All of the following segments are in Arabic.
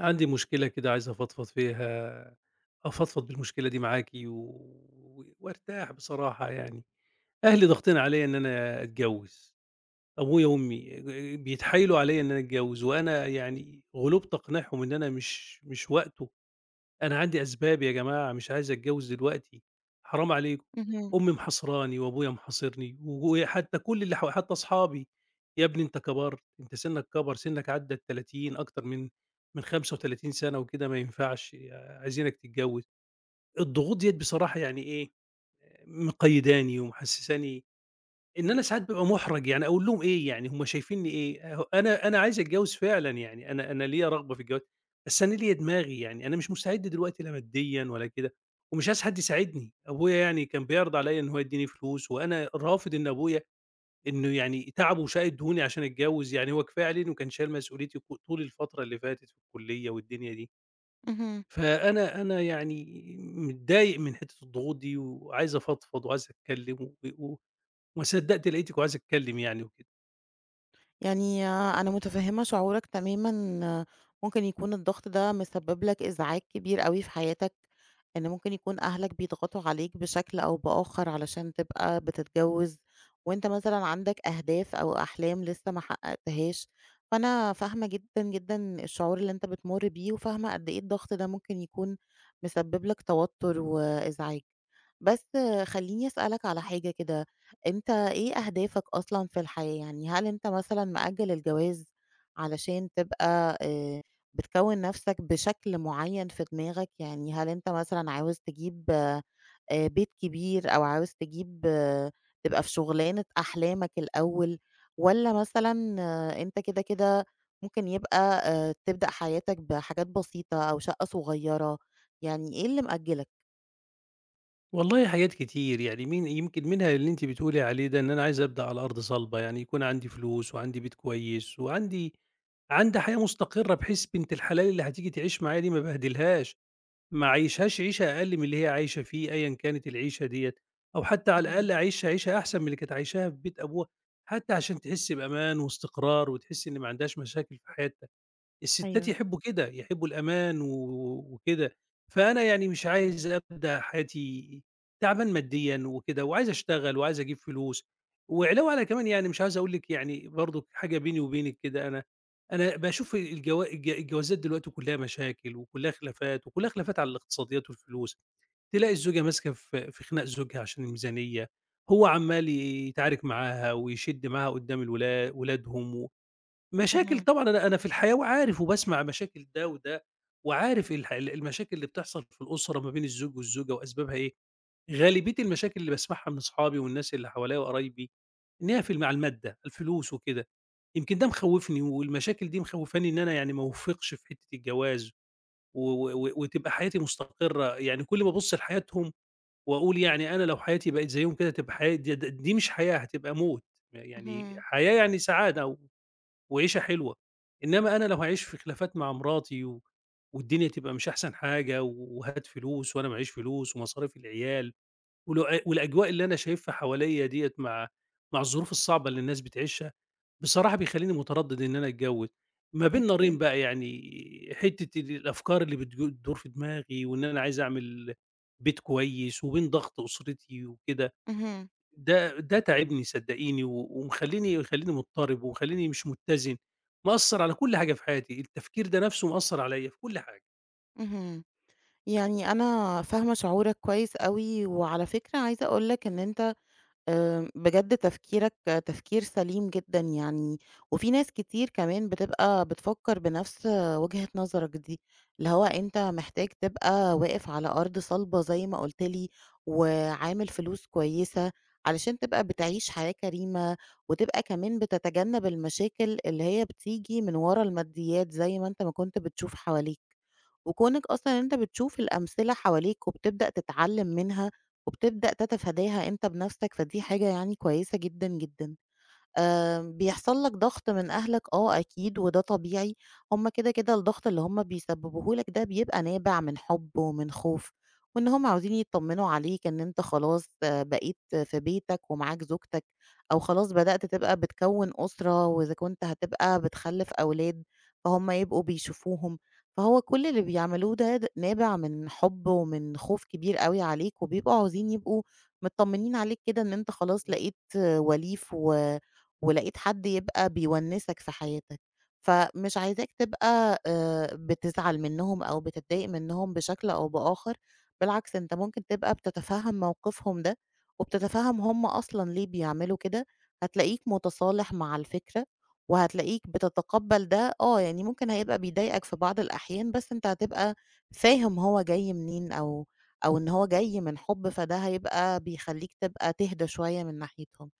عندي مشكلة كده عايز أفضفض فيها، أفضفض بالمشكلة دي معاكِ وارتاح بصراحة يعني. أهلي ضاغطين عليّا إن أنا أتجوّز، أبويا وأمي بيتحايلوا عليّا إن أنا أتجوّز وأنا يعني غلبت أقنعهم إن أنا مش وقته. أنا عندي أسباب يا جماعة، مش عايز أتجوّز دلوقتي، حرام عليكم، اهم، أمي محاصراني وأبويا محاصرني وحتى كل اللي حتى أصحابي، "يا ابني أنت كبرت، أنت سِنّك كَبَر، سِنّك عدّى ال30 أكتر من 35 سَنة وكده ما ينفعش، آه، عايزينك تتجوّز." الضغوط ديّة بصراحة يعني إيه، مقيّداني ومحسّساني إن أنا ساعات بابقى مُحرَج، يعني أقول لهم إيه، يعني هم شايفينّي إيه؟ أهو أنا عايز أتجوّز فعلًا يعني، أنا ليّا رغبة في الجواز، بس أنا ليّا دماغي، يعني أنا مش مستعد دلوقتي لا ماديًا ولا كده، ومش عايز حد يساعدني، أبويا يعني كان بيعرض عليّا إن هو يدّيني فلوس، وأنا رافض إن أبويا إنه يعني تعبه وشاق دهوني عشان أتجوّز، يعني هو كفاية عليه إنه كان شايل مسؤوليتي طول الفترة اللي فاتت في الكُلّية والدنيا دي، اهم. فأنا يعني متضايق من حتّة الضغوط دي، وعايز أفضفض وعايز أتكلّم و و ما صدّقت لقيتِك وعايزة أتكلّم يعني وكده. يعني أنا متفهمة شعورك تمامًا، ممكن يكون الضغط ده مسبب لك إزعاج كبير أوي في حياتك. إن ممكن يكون أهلك بيضغطوا عليك بشكل أو بآخر علشان تبقى بتتجوز، وأنت مثلًا عندك أهداف أو أحلام لسه ما حققتهاش. فأنا فاهمة جدًا، جدًا الشعور اللي أنت بتمر بيه، وفاهمة قد إيه الضغط ده ممكن يكون مسبب لك توتر وإزعاج. بس خلّيني أسألك على حاجة كده. أنت إيه أهدافك أصلًا في الحياة؟ يعني هل أنت مثلًا مأجّل الجواز علشان تبقى بتكوّن نَفْسك بشكل معيّن في دماغك؟ يعني هل أنت مثلًا عاوز تجيب بيت كبير، أو عاوز تجيب تبقى في شُغلانة أحلامك الأول، والّا مثلًا أنت كده، كده ممكن يبقى تبدأ حياتك بحاجات بسيطة أو شَقّة صغيّرة. يعني إيه اللي مأجّلك؟ والله حاجات كتير، يعني من يمكن منها اللي أنتِ بتقولي عليه ده، إن أنا عايز أبدأ على أرض صلبة، يعني يكون عندي فلوس وعندي بيت كويس وعندي حياة مستقرة، بحيث بنت الحلال اللي هتيجي تعيش معايا دي ما أبهدلهاش، ما أعيشهاش عيشة أقل من اللي هي عايشة فيه أيًا كانت العيشة ديّة، أو حتى على الأقل اهم. أعيشها عيشة أحسن من اللي كانت عايشاها في بيت أبوها، حتى عشان تحس بأمان واستقرار وتحس إن ما عندهاش مشاكل في حياتها. الستات أيوه. يحبّوا كده، يحبّوا الأمان وكده، فأنا يعني مش عايز أبدأ حياتي تعبان ماديًا وكده، وعايز أشتغل وعايز أجيب فلوس، وعلاوة على كمان يعني مش عايز أقول لِك يعني برضه حاجة بيني وبينِك كده، أنا باشوف الجوازات دلوقتي كلّها مشاكل وكلّها خلافات، وكلّها خلافات على الاقتصاديات والفلوس، تلاقي الزوجة ماسكة في خناق زوجها عشان الميزانية، هو عمّال يتعارك معاها ويشِد معاها قدّام ولادهم مشاكل اهم، طبعًا أنا في الحياة وعارف وباسمع مشاكل ده وده، وعارف الح ال المشاكل اللي بتحصل في الأسرة ما بين الزوج والزوجة وأسبابها إيه، غالبية المشاكل اللي باسمعها من أصحابي والناس اللي حواليّا وقرايبي إن هي في الم على المادة، الفلوس وكده، يمكن ده مخوّفني والمشاكل دي مخوّفاني إن أنا يعني ما أوفقش في حتّة الجواز وتبقى حياتي مستقرة، يعني كل ما أبُص لحياتهم وأقول يعني أنا لو حياتي بقت زيّهم كده هتبقى حياة د د دي مش حياة هتبقى موت، اهم، يعني اهم. حياة يعني سعادة وعيشة حلوة، إنما أنا لو هاعيش في خلافات مع مراتي والدنيا تبقى مش أحسن حاجة وهات فلوس وأنا معيش فلوس ومصاريف العيال والأجواء اللي أنا شايفها حواليّا ديّة مع مع الظروف الصعبة اللي الناس بتعيشها، بصراحة بيخلّيني متردد إن أنا أتجوّز، ما بين نارين أكيد. بقى يعني حتّة الأفكار اللي بتدور في دماغي وإن أنا عايز أعمل بيت كويس وبين ضغط أسرتي وكده. اهم، ده تاعبني صدقيني، ومخلّيني مخلّيني مضطرب ومخلّيني مش متّزن، مأثّر على كل حاجة في حياتي، التفكير ده نَفْسه مأثّر عليّا في كل حاجة. اهم. يعني أنا فاهمة شعورك كويس أوي، وعلى فكرة عايزة أقول لك إن أنت بجد تفكيرك تفكير سليم جدًا يعني. وفي ناس كتير كمان بتبقى بتفكر بنفس وجهة نظرك دي، اللي هو أنت محتاج تبقى واقف على أرض صلبة زي ما قُلت لي، وعامل فلوس كويسة علشان تبقى بتعيش حياة كريمة، وتبقى كمان بتتجنب المشاكل اللي هي بتيجي من ورا الماديات زي ما أنت ما كنت بتشوف حواليك. وكونك أصلًا أنت بتشوف الأمثلة حواليك وبتبدأ تتعلّم منها، وبتبدأ تتفاداها أنت بنَفْسك، فدي حاجة يعني كويسة جدًا، جدًا. بيحصل لك ضغط من أهلك أكيد وده طبيعي. هم كده، كده الضغط اللي هم بيسببوه لك ده بيبقى نابع من حب ومن خوف، وإن هم عاوزين يطمنوا عليك إن أنت خلاص بقيت في بيتك ومعاك زوجتك، أو خلاص بدأت تبقى بتكوّن أسرة، وإذا كنت هتبقى بتخلف أولاد، فهُم يبقوا بيشوفوهم. فهو كل اللي بيعملوه ده نابع من حب ومن خوف كبير أوي عليك، وبيبقوا عاوزين يبقوا مطمنين عليك كده، إن أنت خلاص لقيت وليف و ولقيت حد يبقى بيونسك في حياتك. فمش عايزاك تبقى بتزعل منهم أو بتتضايق منهم بشكل أو بآخر، بالعكس أنت ممكن تبقى بتتفهم موقفهم ده، وبتتفهم هم أصلًا ليه بيعملوا كده، هتلاقيك متصالح مع الفكرة، وهتلاقيك بتتقبل ده، يعني ممكن هيبقى بيضايقك في بعض الأحيان، بس أنت هتبقى فاهم هو جاي منين، أو إن هو جاي من حب، فده هيبقى بيخليك تبقى تهدى شوية من ناحيتهم.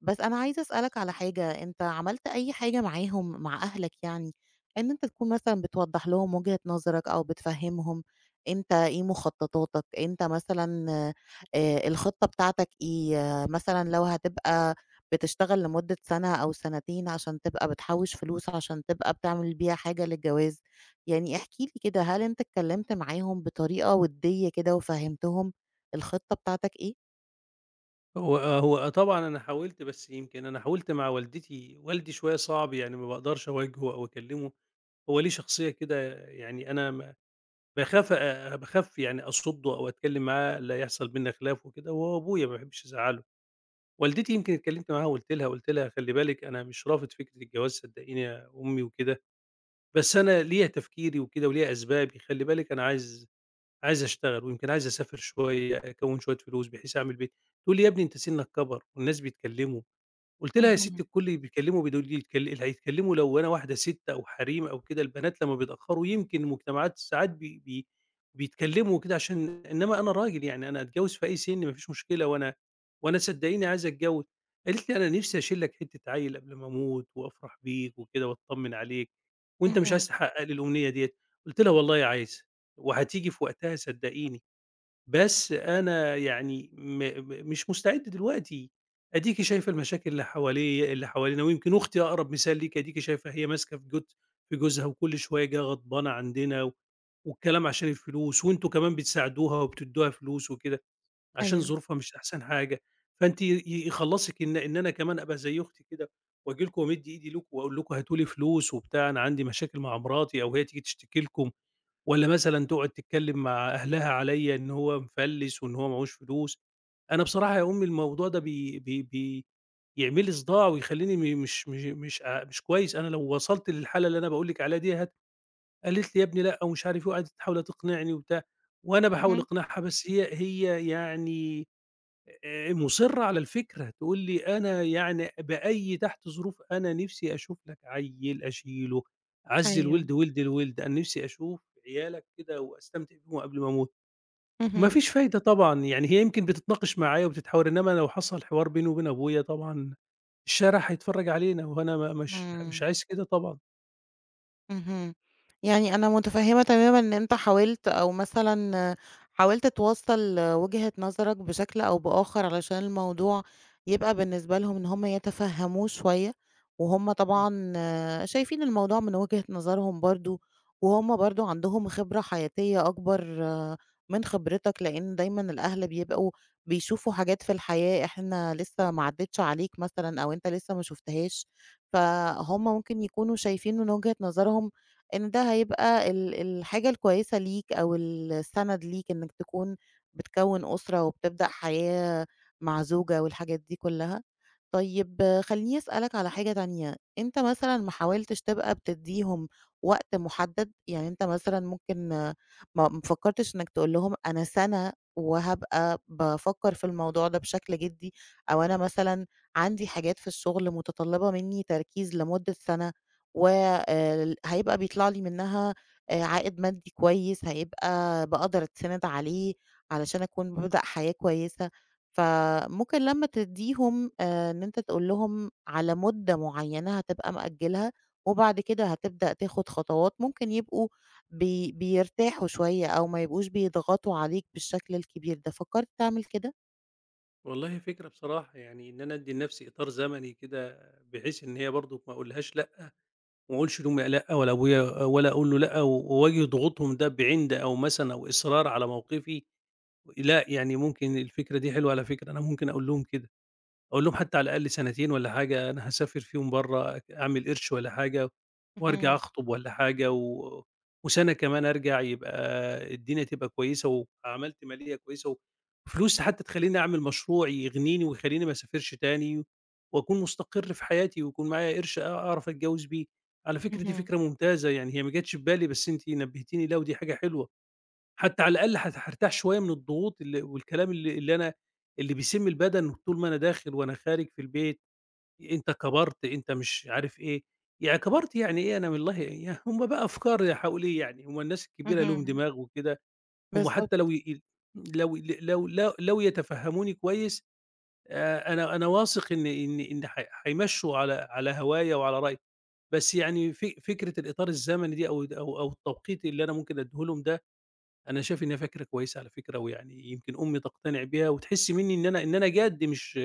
بس أنا عايزة أسألك على حاجة، أنت عملت أي حاجة معاهم مع أهلك يعني، إن أنت تكون مثلًا بتوضّح لهم وجهة نظرك، أو بتفهّمهم أنت إيه مخططاتك. أنت مثلًا الخطة بتاعتك إيه، مثلًا لو هتبقى بتشتغل لمدة سَنة أو سنتين عشان تبقى بتحوّش فلوس عشان تبقى بتعمل بيها حاجة للجواز، يعني احكِ لي كده، هل أنت اتكلمت معاهم بطريقة ودية كده وفهّمتهم الخطة بتاعتك إيه؟ هو هو طبعًا أنا حاولت، بس يمكن أنا حاولت مع والدتي، والدي شوية صعب يعني ما باقدرش أواجهه أو أكلّمه، هو ليه شخصية كده يعني أنا باخاف يعني أصُدّه أو أتكلّم معاه لا يحصل بيننا خلاف وكده، وهو أبويا ما باحبش أزعّله. والدتي يمكن اتكلّمت معاها وقُلت لها، قُلت لها خلّي بالِك أنا مش رافض فكرة الجواز صدّقيني يا أمي وكده بس أنا ليّا تفكيري وكده وليّا أسبابي، خلّي بالِك أنا عايز أشتغل ويمكن عايز أسافر شوية، أكوّن شوية فلوس بحيث أعمل بيت، تقول لي: "يا ابني أنت سِنّك كَبَر والناس بيتكلّموا." قُلت لها: "يا اهم، ستّي الكل بيكلّمه بيدول يتكل اللي هيتكلّموا لو أنا واحدة سِت أو حريم أو كده، البنات لمّا بيتأخّروا يمكن مجتمعات ساعات بي بي بيتكلّموا وكده عشان إنّما أنا راجل، يعني أنا أتجوّز في أي سِن ما فيش مشكلة وأنا صدّقيني عايزة أتجوّز." قالت لي: "أنا نِفسي أشيل لك حتّة عيّل قبل ما أموت وأفرح بيك وكده وأتطمّن عليك وأنت مش عايز اهم، تحقّق لي الأمنية ديّة." قُلت لها: "والله عايزة وهتيجي في وقتها صدّقيني." بس أنا يعني م م مش مستعد دلوقتي، أديكِ شايفة المشاكل اللي حواليّا اللي حوالينا، ويمكن أختي أقرب مثال ليكِ، أديكِ شايفة هي ماسكة في جوزها وكل شوية جاية غضبانة عندنا والكلام عشان الفلوس، وأنتم كمان بتساعدوها وبتدّوها فلوس وكده، عشان أيوه، ظروفها مش أحسن حاجة، فأنتِ يخلّصِك إن أنا كمان أبقى زي أختي كده وآجي لكم وأمد إيدي ليكم وأقول لكم هاتوا لي فلوس وبتاع، أنا عندي مشاكل مع مراتي أو هي تيجي تشتكي لكم والّا مثلًا تقعد تتكلم مع أهلها عليّا إن هو مفلِّس وإن هو معهوش فلوس، أنا بصراحة يا أمي الموضوع ده بي بي بي بيعمل لي صداع ويخلّيني م مش مش مش ع مش كويس، أنا لو وصلت للحالة اللي أنا باقول لِك عليها ديّة قالت لي: "يا ابني لأ." ومش عارف إيه، وقعدت تحاول تقنعني وبتاع، وأنا باحاول اهم، أقنعها بس هي يعني مُصِرّة على الفكرة، تقول لي أنا يعني بأي تحت ظروف أنا نِفْسي أشوف لك عيّل أشيله، أعَزّي أيوه. الوِلد وِلد الوِلد، أنا نِفْسي أشوف عيالك كده وأستمتع بيهم قبل ما أموت. ما اهم، فيش فايدة طبعًا، يعني هي يمكن بتتناقش معايا وبتتحاور، إنّما لو حصل حوار بيني وبين أبويا طبعًا الشارع هيتفرّج علينا وأنا ما مش مش إمم، عايز كده طبعًا. اهم. يعني أنا متفهمة تمامًا إن أنت حاولت، أو مثلًا حاولت توصّل وجهة نظرك بشكل أو بآخر علشان الموضوع يبقى بالنسبة لهم إن هم يتفهموه شوية، وهُم إمم. طبعًا شايفين الموضوع من وجهة نظرهم برضه، وهُم برضه عندهم خبرة حياتية أكبر من خبرتك، لإن دايمًا الأهل بيبقوا بيشوفوا حاجات في الحياة إحنا لسه ما عدِّتش عليك مثلًا، أو أنت لسه ما شُفتهاش. فهُم ممكن يكونوا شايفين من وجهة نظرهم إن ده هيبقى الحاجة الكويسة ليك، أو السَند ليك إنّك تكون بتكوّن أسرة وبتبدأ حياة مع زوجة، والحاجات دي كُلّها. طيب خلّيني أسألك على حاجة تانية، أنت مثلًا ما حاولتش تبقى بتدّيهم وقت مُحدّد؟ يعني أنت مثلًا ممكن ما فكّرتش إنّك تقول لهم أنا سَنة وهابقى بافكّر في الموضوع ده بشكل جدّي، أو أنا مثلًا عندي حاجات في الشغل متطلبة مني تركيز لمدة سنة وهيبقى بيطلع لي منها عائد مادي كويس هيبقى بقدر اتسند عليه علشان اكون ببدأ حياة كويسة. فممكن لما تديهم ان انت تقول لهم على مدة معينة هتبقى مأجلها، وبعد كده هتبدأ تاخد خطوات، ممكن يبقوا بيرتاحوا شوية، او ما يبقوش بيضغطوا عليك بالشكل الكبير ده. فكرت تعمل كده؟ والله فكرة بصراحة يعني إن أنا أدّي لنَفْسي إطار زمني كده بحيث إن هي برضه ما أقولهاش لأ. وما اقولش لأمي لأ ولا أبويا ولا أقول له لأ، وأواجه ضغوطهم ده بعِند أو مثلًا أو إصرار على موقفي، لأ، يعني ممكن الفكرة دي حلوة على فكرة، أنا ممكن أقول لهم كده. أقول لهم حتى على الأقل سنتين والّا حاجة، أنا هاسافر فيهم برّه أعمل قرش والّا حاجة، وأرجع مهم. أخطب والّا حاجة، وسَنة كمان أرجع يبقى الدنيا تبقى كويسة، وعملت مالية كويسة، وفلوس حتى تخلّيني أعمل مشروع يغنيني ويخلّيني ما اسافرش تاني، وأكون مستقر في حياتي، ويكون معايا قرش أعرف أتجوّز بيه. على فكرة دي مهم. فكرة ممتازة، يعني هي ما جاتش في بالي، بس أنتِ نبهتيني ليها ودي حاجة حلوة. حتى على الأقل هارتاح شوية من الضغوط والكلام اللي أنا اللي بيسم البدن طول ما أنا داخل وأنا خارج في البيت، أنت كبرت، أنت مش عارف إيه، يعني كبرت يعني إيه أنا والله يا هم بقى أفكار يا حواليه يعني، هم الناس الكبيرة ليهم مهم. دماغ وكده، هم حتى بالظبط، لو ي لو ل لو لو لو يتفهموني كويس أنا واثق إن هيمشوا على هوايا وعلى رأيي، بس يعني فكرة الإطار الزمني دي أو أو التوقيت اللي أنا ممكن أديه لهم ده أنا شايف إنها فكرة كويسة على فكرة، ويعني يمكن أمي تقتنع بيها وتحس منّي إن أنا جَد مش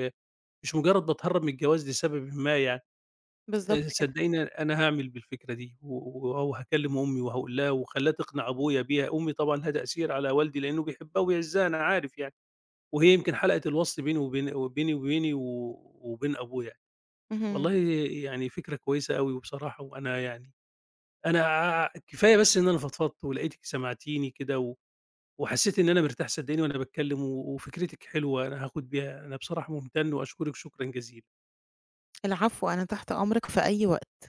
مش مجرّد باتهرّب من الجواز لسبب ما يعني، بالضبط كده. صدّقيني أنا هاعمل بالفكرة دي و و وهاكلّم أمي وهاقول لها وأخلّيها تقنع أبويا بيها، أمي طبعًا لها تأثير على والدي لإنه بيحبها وبيعزّها أنا عارف يعني، وهي يمكن حلقة الوصل بيني وبين وبيني وبيني و وبين أبويا يعني. اهم. والله يعني فكرة كويسة أوي وبصراحة وأنا يعني أنا كفاية بس إن أنا فضفضت ولقيتِك سمعتيني كده وحسيت إن أنا مرتاح صدقيني وأنا باتكلم وفكرتِك حلوة، أنا هاخد بيها أنا بصراحة ممتن وأشكرِك شكرًا جزيلًا. العفو، أنا تحت أمرك في أي وقت.